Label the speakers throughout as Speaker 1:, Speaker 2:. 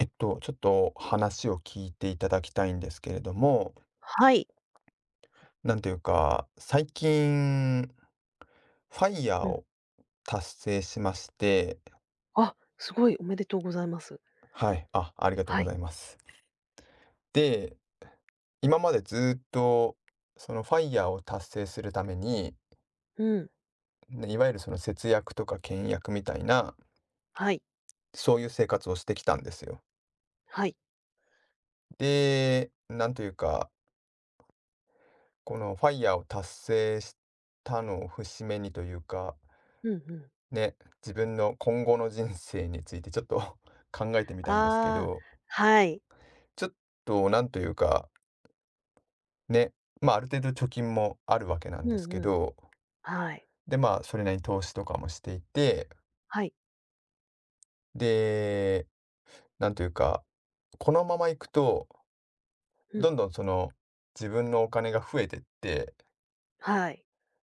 Speaker 1: ちょっと話を聞いていただきたいんですけれども、
Speaker 2: はい。
Speaker 1: なんというか、最近、ファイヤー
Speaker 2: うん。
Speaker 1: を達成しまして、
Speaker 2: あ、すごい、おめでとうございます。
Speaker 1: はい、あ、ありがとう
Speaker 2: は
Speaker 1: ござ
Speaker 2: い。
Speaker 1: います。で、今までずっと、そのファイヤーを達成するために、
Speaker 2: うん。
Speaker 1: ね、いわゆるその節約とか倹約みたいな、
Speaker 2: はい。
Speaker 1: そういう生活をしてきたんですよ。
Speaker 2: はい。
Speaker 1: で、なんというか、このファイヤーを達成したのを節目にというか、
Speaker 2: うんうん。
Speaker 1: ね、自分の今後の人生についてちょっと 考えてみたんですけ
Speaker 2: ああ、
Speaker 1: ど、
Speaker 2: はい。
Speaker 1: ちょっとなんというか、ね、まあある程度貯金もあるわけな
Speaker 2: う
Speaker 1: んです
Speaker 2: ん
Speaker 1: け
Speaker 2: うん。
Speaker 1: ど、
Speaker 2: はい。
Speaker 1: でまあそれなりに投資とかもしていて、
Speaker 2: はい。
Speaker 1: で、なんというか、このままいくと、
Speaker 2: う
Speaker 1: ど
Speaker 2: ん。
Speaker 1: んどんその自分のお金が増えてって、
Speaker 2: はい。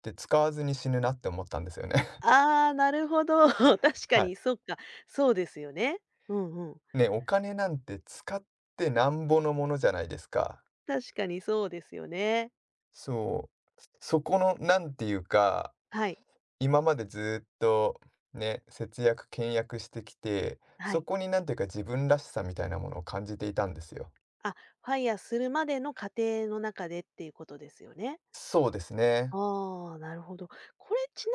Speaker 1: で、使わずに死ぬなって思ったんですよね。
Speaker 2: ああ、なるほど。確 か
Speaker 1: は
Speaker 2: に、
Speaker 1: い。
Speaker 2: そっか。そうですよね。うんうん。
Speaker 1: ね、お金なんて使ってなんぼのものじゃないですか。
Speaker 2: 確かにそうですよね。
Speaker 1: そう。そこの、なんていうか、
Speaker 2: はい。
Speaker 1: 今までずーっとね、節約、倹約してきて、
Speaker 2: は
Speaker 1: そ
Speaker 2: い。
Speaker 1: こになんていうか自分らしさみたいなものを感じていたんですよ。
Speaker 2: あ、ファイヤーするまでの過程の中でっていうことですよね。
Speaker 1: そうですね。
Speaker 2: ああ、なるほど。これちな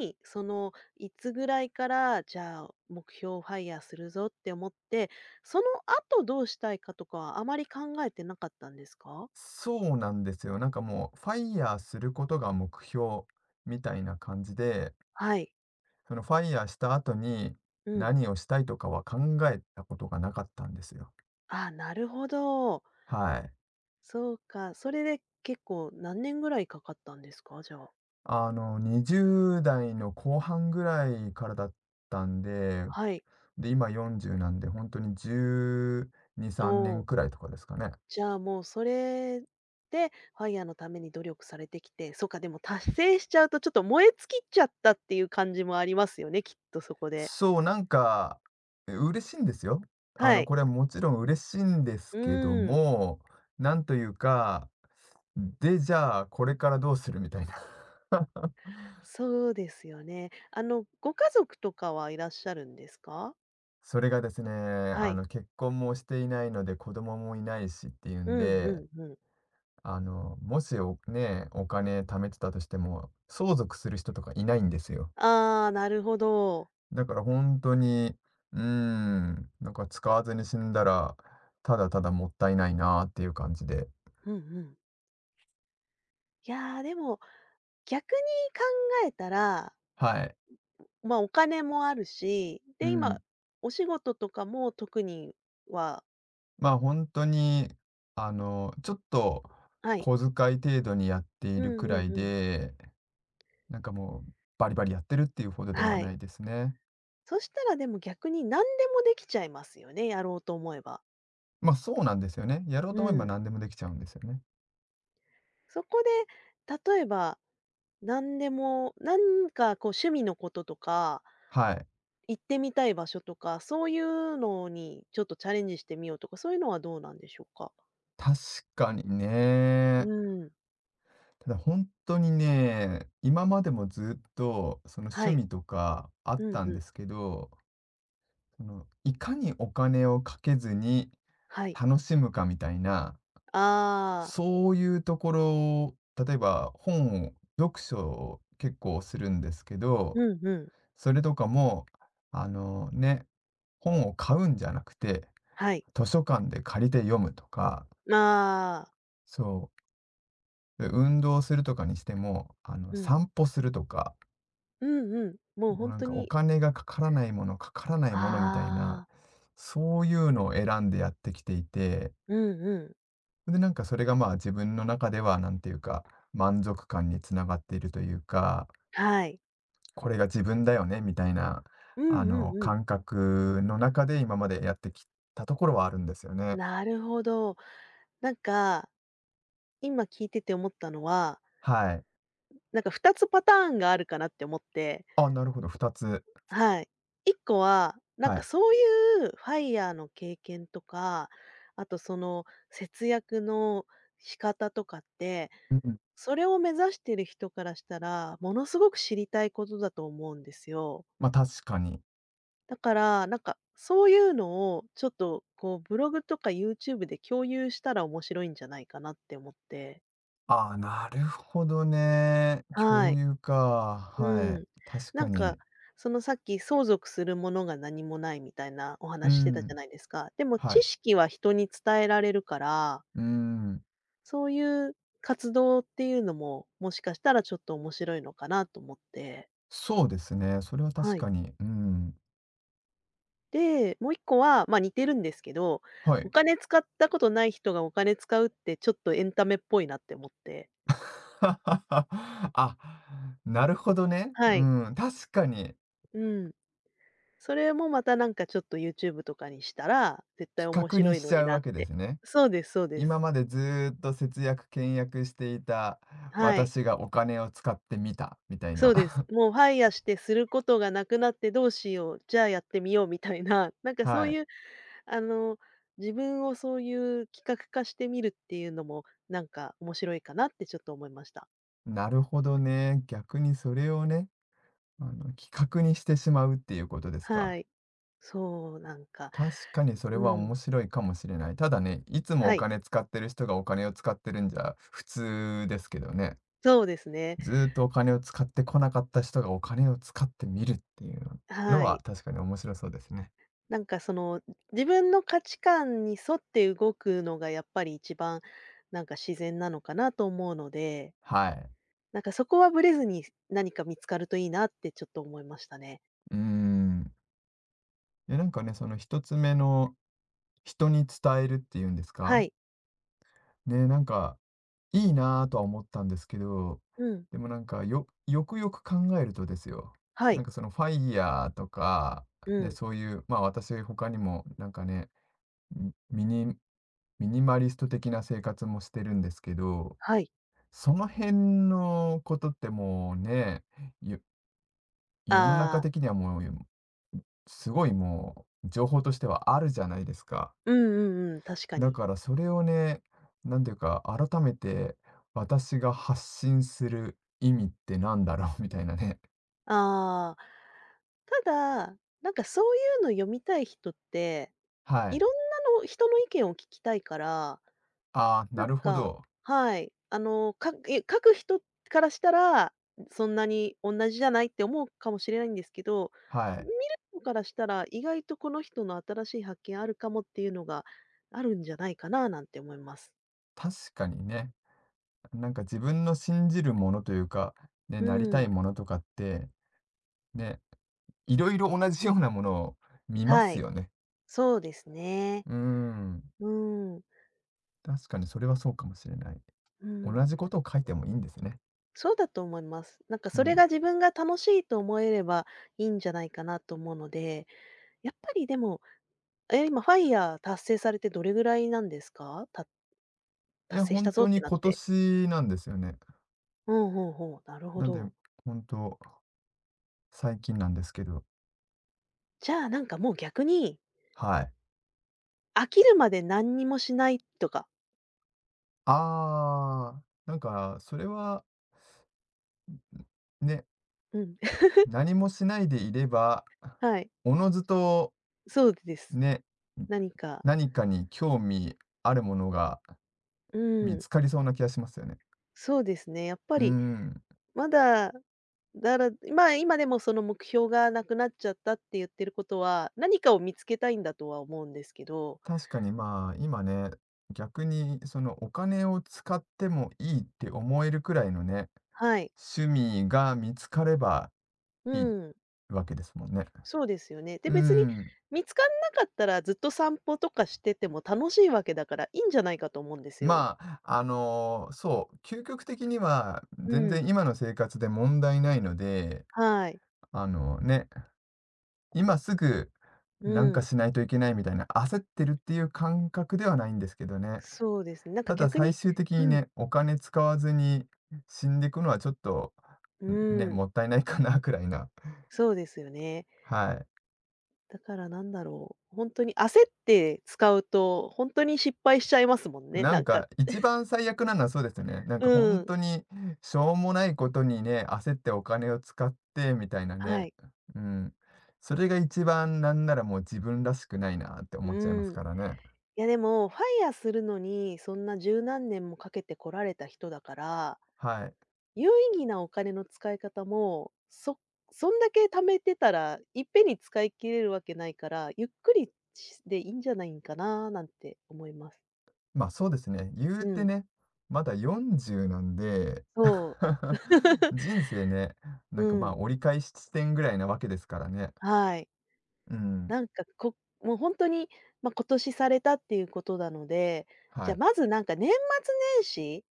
Speaker 2: みに、その、いつぐらいから、じゃあ、目標をファイヤーするぞって思って、その後どうしたいかとかはあまり考えてなかったんですか？
Speaker 1: そうなんですよ。なんかもう、ファイヤーすることが目標みたいな感じで、
Speaker 2: はい。
Speaker 1: そのファイヤーした後に
Speaker 2: うん。
Speaker 1: 何をしたいとかは考えたことがなかったんですよ。
Speaker 2: ああ、なるほど。
Speaker 1: はい。
Speaker 2: そうか。それで結構何年ぐらいかかったんですか？じゃあ。
Speaker 1: あの、20代の後半ぐらいからだったんで、
Speaker 2: はい。
Speaker 1: で、今40なんで、ほんとに12、
Speaker 2: お
Speaker 1: 3年
Speaker 2: お。
Speaker 1: くらいとかですかね。
Speaker 2: じゃあ、もうそれでファイヤーのために努力されてきて、そうか、でも達成しちゃうとちょっと燃え尽きちゃったっていう感じもありますよね、きっとそこで。
Speaker 1: そう、なんか、嬉しいんですよ。あ
Speaker 2: は
Speaker 1: の、
Speaker 2: い。
Speaker 1: これはもちろん嬉しいんで
Speaker 2: う
Speaker 1: すけど
Speaker 2: ーん。
Speaker 1: も、なんというか、で、じゃあ、これからどうするみたいな。
Speaker 2: そうですよね。あの、ご家族とかはいらっしゃるんですか？
Speaker 1: それがですね、
Speaker 2: は
Speaker 1: あ
Speaker 2: い。
Speaker 1: の、結婚もしていないので、子供もいないしっていう
Speaker 2: う
Speaker 1: ん
Speaker 2: ん
Speaker 1: で
Speaker 2: うんうん。
Speaker 1: あの、もしお金貯めてたとしても、相続する人とかいないんですよ。
Speaker 2: ああ、なるほど。
Speaker 1: だから本当に、うーん、なんか使わずに死んだら、ただただもったいないなっていう感じで。
Speaker 2: うんうん。いやー、でも、逆に考えたら、
Speaker 1: はい。
Speaker 2: ま、あお金もあるし、
Speaker 1: う
Speaker 2: で、今、
Speaker 1: ん。
Speaker 2: お仕事とかも特には
Speaker 1: まあ、本当に、あの、ちょっと
Speaker 2: はい。
Speaker 1: 小遣い程度にやってい
Speaker 2: う
Speaker 1: る
Speaker 2: ん
Speaker 1: くら
Speaker 2: うん
Speaker 1: い
Speaker 2: うん。
Speaker 1: で、なんかもうバリバリやってるっていうほどでは
Speaker 2: は
Speaker 1: な
Speaker 2: い。
Speaker 1: いですね。
Speaker 2: そしたら、でも逆に何でもできちゃいますよね、やろうと思えば。
Speaker 1: ま、そうなんですよね。やろう
Speaker 2: う
Speaker 1: と思えば
Speaker 2: ん。
Speaker 1: 何でもできちゃうんですよね。
Speaker 2: そこで、例えばなんでも、なんかこう趣味のこととか、
Speaker 1: はい。
Speaker 2: 行ってみたい場所とか、そういうのにちょっとチャレンジしてみようとか、そういうのはどうなんでしょうか？
Speaker 1: 確かに
Speaker 2: う
Speaker 1: ね。
Speaker 2: ん。
Speaker 1: ただ本当にね、今までもずっとその
Speaker 2: は
Speaker 1: 趣
Speaker 2: い。
Speaker 1: 味とかあ
Speaker 2: う
Speaker 1: っ
Speaker 2: ん
Speaker 1: たん
Speaker 2: う
Speaker 1: で
Speaker 2: ん。
Speaker 1: すけど、そのいかにお金をかけずに
Speaker 2: はい。
Speaker 1: 楽しむかみたいな、
Speaker 2: ああ、
Speaker 1: そういうところを、例えば本を読書を結構するんですけど、
Speaker 2: うんうん。
Speaker 1: それとかも、あのね、本を買うんじゃなくて、
Speaker 2: はい。
Speaker 1: 図書館で借りて読むとか、
Speaker 2: ああ、
Speaker 1: そう、で、運動するとかにしても、あの、
Speaker 2: うん。
Speaker 1: 散歩するとか
Speaker 2: うんうん。もう
Speaker 1: も
Speaker 2: ほ
Speaker 1: う
Speaker 2: ん
Speaker 1: なん
Speaker 2: と
Speaker 1: かお
Speaker 2: に
Speaker 1: 金がかからないもの、かからないものみたいな、
Speaker 2: ああ、
Speaker 1: そういうのを選んでやってきていて、
Speaker 2: うんうん。
Speaker 1: で、なんかそれがまあ自分の中では、なんていうか、満足感につながっているというか、
Speaker 2: はい。
Speaker 1: これが自分だよねみたいな、
Speaker 2: う
Speaker 1: あ
Speaker 2: んう
Speaker 1: の、
Speaker 2: んう
Speaker 1: 感
Speaker 2: ん。
Speaker 1: 覚の中で今までやってきたところはあるんですよね。
Speaker 2: なるほど。なんか、今聞いてて思ったのは、
Speaker 1: はい。
Speaker 2: なんか2つパターンがあるかなって思って
Speaker 1: あ、なるほど、2つ。
Speaker 2: はい。一個は、なん
Speaker 1: は
Speaker 2: か
Speaker 1: い。
Speaker 2: そういうファイヤーの経験とか、あとその節約の仕方とかって、
Speaker 1: うんうん。
Speaker 2: それを目指してる人からしたら、ものすごく知りたいことだと思うんですよ。
Speaker 1: ま、確かに。
Speaker 2: だから、なんかそういうのをちょっとこうブログとか YouTube で共有したら面白いんじゃないかなって思って。
Speaker 1: ああ、なるほどね。
Speaker 2: は
Speaker 1: 共
Speaker 2: い。
Speaker 1: 有か。は
Speaker 2: うん。
Speaker 1: い。確
Speaker 2: な
Speaker 1: か
Speaker 2: んか、
Speaker 1: に。
Speaker 2: そのさっき相続するものが何もないみたいなお
Speaker 1: う
Speaker 2: 話してたじゃ
Speaker 1: ん。
Speaker 2: ないですか。でも
Speaker 1: は
Speaker 2: 知
Speaker 1: い。
Speaker 2: 識は人に伝えられるから、
Speaker 1: うーん、
Speaker 2: そういう活動っていうのも、もしかしたらちょっと面白いのかなと思って。
Speaker 1: そうですね。それは確
Speaker 2: はい。
Speaker 1: かに、うん、
Speaker 2: で、もう一個は、ま、似てるんですけど、
Speaker 1: は
Speaker 2: お
Speaker 1: い。
Speaker 2: 金使ったことない人がお金使うってちょっとエンタメっぽいなって思って。
Speaker 1: あ、なるほどね。
Speaker 2: は
Speaker 1: う
Speaker 2: い。
Speaker 1: ん、確かに
Speaker 2: うん。それもまたなんかちょっと YouTube とかにしたら、絶対
Speaker 1: 比
Speaker 2: 面
Speaker 1: 較に
Speaker 2: 白い
Speaker 1: し
Speaker 2: の
Speaker 1: ち
Speaker 2: に
Speaker 1: ゃう
Speaker 2: な
Speaker 1: わ
Speaker 2: っ
Speaker 1: けで
Speaker 2: て。
Speaker 1: すね。
Speaker 2: そうですそうで
Speaker 1: 今
Speaker 2: す。
Speaker 1: までずーっと節約、倹約していた
Speaker 2: はい、
Speaker 1: 私がお金を使ってみたみたい
Speaker 2: そ
Speaker 1: な。
Speaker 2: うです。もうファイヤしてすることがなくなってどうしよう、じゃあやってみようみたいな、なんかそ
Speaker 1: は
Speaker 2: う
Speaker 1: い。
Speaker 2: いう、あの、自分をそういう企画化してみるっていうのも、なんか面白いかなってちょっと思いました。
Speaker 1: なるほどね。逆にそれをね、あの、比較にしてしまうっていうことです
Speaker 2: は
Speaker 1: か。
Speaker 2: い。そう、なんか、
Speaker 1: 確かにそれは
Speaker 2: うん。
Speaker 1: 面白いかもしれない。ただね、いつも
Speaker 2: は
Speaker 1: お
Speaker 2: い。
Speaker 1: 金使ってる人がお金を使ってるんじゃ普通ですけどね。
Speaker 2: そうですね。
Speaker 1: ずーっとお金を使ってこなかった人がお金を使ってみるっていうの
Speaker 2: は
Speaker 1: は
Speaker 2: い。
Speaker 1: 確かに面白そうですね。
Speaker 2: なんかその、自分の価値観に沿って動くのがやっぱり一番、なんか自然なのかなと思うので
Speaker 1: はい。
Speaker 2: なんかそこはブレずに、何か見つかるといいなってちょっと思いましたね。
Speaker 1: うーん。で、なんかね、その一つ目の人に伝えるっていうんです
Speaker 2: は
Speaker 1: か
Speaker 2: い。
Speaker 1: ね、なんかいいなぁとは思ったんですけど、
Speaker 2: うん。
Speaker 1: でもなんか、くよく考えるとですよ、
Speaker 2: は
Speaker 1: な
Speaker 2: い。
Speaker 1: んかそのファイヤーとか、
Speaker 2: う
Speaker 1: ね、
Speaker 2: ん。
Speaker 1: そういう、まあ、私他にもなんかね、ミミニミニマリスト的な生活もしてるんですけど、
Speaker 2: はい。
Speaker 1: その辺のことってもうね、よ世の
Speaker 2: あ
Speaker 1: 中
Speaker 2: あ、
Speaker 1: 的にはもう、すごいもう情報としてはあるじゃないですか。
Speaker 2: うんうんうん、確か
Speaker 1: だ
Speaker 2: に。
Speaker 1: からそれをね、なんていうか、改めて私が発信する意味ってなんだろうみたいなね。
Speaker 2: ああ。ただ、なんかそういうの読みたい人って、
Speaker 1: は
Speaker 2: い
Speaker 1: い。
Speaker 2: ろんなの人の意見を聞きたいから
Speaker 1: ああ、
Speaker 2: なん
Speaker 1: なるほ
Speaker 2: か
Speaker 1: ど。
Speaker 2: はい。あの、かいや書く人からしたら、そんなに同じじゃないって思うかもしれないんですけど、
Speaker 1: は
Speaker 2: 見
Speaker 1: い。
Speaker 2: る人からしたら、意外とこの人の新しい発見あるかもっていうのがあるんじゃないかななんて思います。
Speaker 1: 確かにね、なんか自分の信じるものというか、ね、
Speaker 2: う
Speaker 1: なりた
Speaker 2: ん。
Speaker 1: いものとかって、ね、いろいろ同じようなものを見ま
Speaker 2: は
Speaker 1: す
Speaker 2: い。
Speaker 1: よね。
Speaker 2: そうですね。
Speaker 1: うーん。
Speaker 2: うん。
Speaker 1: 確かにそれはそうかもしれない。
Speaker 2: う
Speaker 1: 同
Speaker 2: ん。
Speaker 1: じことを書いてもいいんですね。
Speaker 2: そうだと思います。なんか
Speaker 1: う
Speaker 2: それが
Speaker 1: ん。
Speaker 2: 自分が楽しいと思えればいいんじゃないかなと思うので、やっぱりでも、え、今ファイヤー達成されてどれぐらいなんですか？た
Speaker 1: い
Speaker 2: 達
Speaker 1: や、
Speaker 2: 成した
Speaker 1: 本
Speaker 2: ぞっ
Speaker 1: 当
Speaker 2: て
Speaker 1: に
Speaker 2: なっ
Speaker 1: 今
Speaker 2: て。
Speaker 1: 年なんですよね。
Speaker 2: ほうん、ほうほう、なるほ
Speaker 1: なんで、
Speaker 2: ど。
Speaker 1: 本当最近なんですけど、
Speaker 2: じゃあ、なんかもう逆に、
Speaker 1: はい。
Speaker 2: 飽きるまで何にもしないとか。
Speaker 1: ああ、なんかそれは、ね、
Speaker 2: うん。
Speaker 1: 何もしないでいれば、
Speaker 2: はい、
Speaker 1: おのずと
Speaker 2: そうです。
Speaker 1: ね、ん、
Speaker 2: 何か、
Speaker 1: 何かに興味あるものが
Speaker 2: う
Speaker 1: 見
Speaker 2: ん、
Speaker 1: つかりそうな気がしますよね。
Speaker 2: そうですね。やっぱ
Speaker 1: うー
Speaker 2: り
Speaker 1: ん。
Speaker 2: まだ、だらまあ、今でもその目標がなくなっちゃったって言ってることは、何かを見つけたいんだとは思うんですけど、
Speaker 1: 確かにまあ、今ね、逆にそのお金を使ってもいいって思えるくらいのね、
Speaker 2: はい。
Speaker 1: 趣味が見つかれば
Speaker 2: う
Speaker 1: いい
Speaker 2: ん、
Speaker 1: わけですもんね。
Speaker 2: そうですよね。で、
Speaker 1: うー
Speaker 2: 別に
Speaker 1: ん。
Speaker 2: 見つかんなかったらずっと散歩とかしてても楽しいわけだから、いいんじゃないかと思うんですよ。
Speaker 1: まあ、あの、そう、究極的には
Speaker 2: う
Speaker 1: 全
Speaker 2: ん。
Speaker 1: 然今の生活で問題ないので、
Speaker 2: はい。
Speaker 1: あのね、今すぐ
Speaker 2: う
Speaker 1: なんか
Speaker 2: ん。
Speaker 1: しないといけないみたいな焦ってるっていう感覚ではないんですけどね。
Speaker 2: そうですね。なんか
Speaker 1: ただ
Speaker 2: 逆
Speaker 1: 最
Speaker 2: に
Speaker 1: 終的に
Speaker 2: うん、
Speaker 1: ね、お金使わずに死んでいくのはちょっと、
Speaker 2: う
Speaker 1: ね、
Speaker 2: ん、
Speaker 1: もったいないかなくらいな。
Speaker 2: そうですよね。
Speaker 1: はい。
Speaker 2: だからなんだろう、本当に焦って使うと、本当に失敗しちゃいますもんね、
Speaker 1: な
Speaker 2: な
Speaker 1: ん
Speaker 2: んか
Speaker 1: か、一番最悪なのはそうですね。なんか
Speaker 2: う
Speaker 1: 本
Speaker 2: ん、
Speaker 1: 当にしょうもないことにね、焦ってお金を使ってみたいな
Speaker 2: は
Speaker 1: ね。
Speaker 2: い。
Speaker 1: うん。それが一番なんならもう自分らしくないなって
Speaker 2: う
Speaker 1: 思っちゃいます
Speaker 2: ん。
Speaker 1: からね。
Speaker 2: いやでも、ファイヤーするのに、そんな十何年もかけてこられた人だから、
Speaker 1: はい。
Speaker 2: 有意義なお金の使い方も、そそんだけ貯めてたら、いっぺんに使い切れるわけないから、ゆっくりしでいいんじゃないんかな、なんて思います。
Speaker 1: ま、そうですね、言
Speaker 2: う
Speaker 1: うて
Speaker 2: ん。
Speaker 1: ね、まだ40なんで、
Speaker 2: そう。
Speaker 1: 人生ね、
Speaker 2: う
Speaker 1: なんか、ま、
Speaker 2: ん、
Speaker 1: あ折り返し地点ぐらいなわけですからね。
Speaker 2: はい。
Speaker 1: うん、
Speaker 2: なんか、こもう本当に、まあ、今年されたっていうことなので、じ
Speaker 1: は
Speaker 2: ゃ、あ
Speaker 1: い。
Speaker 2: まずなんか年末年始、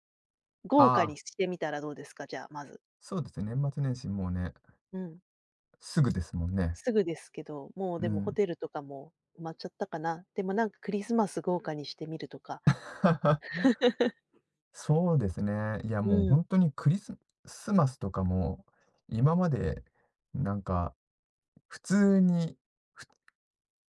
Speaker 2: 豪華
Speaker 1: あ
Speaker 2: に
Speaker 1: あ、
Speaker 2: してみたらどうですか？じゃあ、まず。
Speaker 1: そうですね、年末年始もうね、
Speaker 2: うん。
Speaker 1: すぐですもんね。
Speaker 2: すぐですけど、もう
Speaker 1: う
Speaker 2: でもホ
Speaker 1: ん。
Speaker 2: テルとかも埋まっちゃったかな。でもなんかクリスマス豪華にしてみるとか。
Speaker 1: そうですね。いや、
Speaker 2: う
Speaker 1: もう
Speaker 2: ん。
Speaker 1: 本当にクリススマスとかも、今までなんか普通に、ふ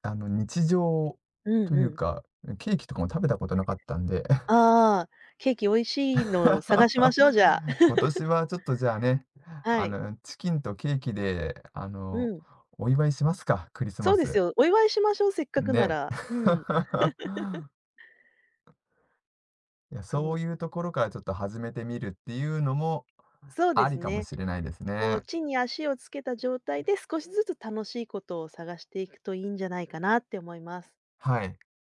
Speaker 1: あの、日常
Speaker 2: う
Speaker 1: と
Speaker 2: ん
Speaker 1: い
Speaker 2: う
Speaker 1: う
Speaker 2: ん。
Speaker 1: か、ケーキとかも食べたことなかったんで、
Speaker 2: ああ、ケーキ美味しいの探しましょう、じゃあ。
Speaker 1: 今年はちょっとじゃあね、
Speaker 2: は
Speaker 1: あ
Speaker 2: い。
Speaker 1: の、チキンとケーキで、あ
Speaker 2: う
Speaker 1: の、
Speaker 2: ん。
Speaker 1: お祝いしますか、クリス
Speaker 2: そ
Speaker 1: マ
Speaker 2: うです
Speaker 1: ス。
Speaker 2: よ、お祝いしましょう、せっかくな
Speaker 1: ね。
Speaker 2: ら。うん。
Speaker 1: いや、
Speaker 2: そ
Speaker 1: そ
Speaker 2: う、
Speaker 1: ういうところからちょっと始めてみるっていうのも
Speaker 2: そうで
Speaker 1: あ
Speaker 2: す
Speaker 1: りかも
Speaker 2: ね。
Speaker 1: しれないです
Speaker 2: こう、
Speaker 1: ね。
Speaker 2: 地に足をつけた状態で、少しずつ楽しいことを探していくといいんじゃないかなって思います。
Speaker 1: はい。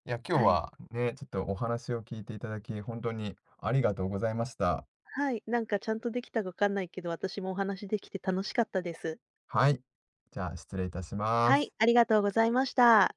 Speaker 1: いや、今日
Speaker 2: はい。
Speaker 1: はね、ちょっとお話を聞いていただき、本当にありがとうございました。
Speaker 2: はい、なんかちゃんとできたかわかんないけど、私もお話できて楽しかったです。
Speaker 1: はい。じゃあ、失礼いたしま
Speaker 2: はい、
Speaker 1: す。
Speaker 2: ありがとうございました。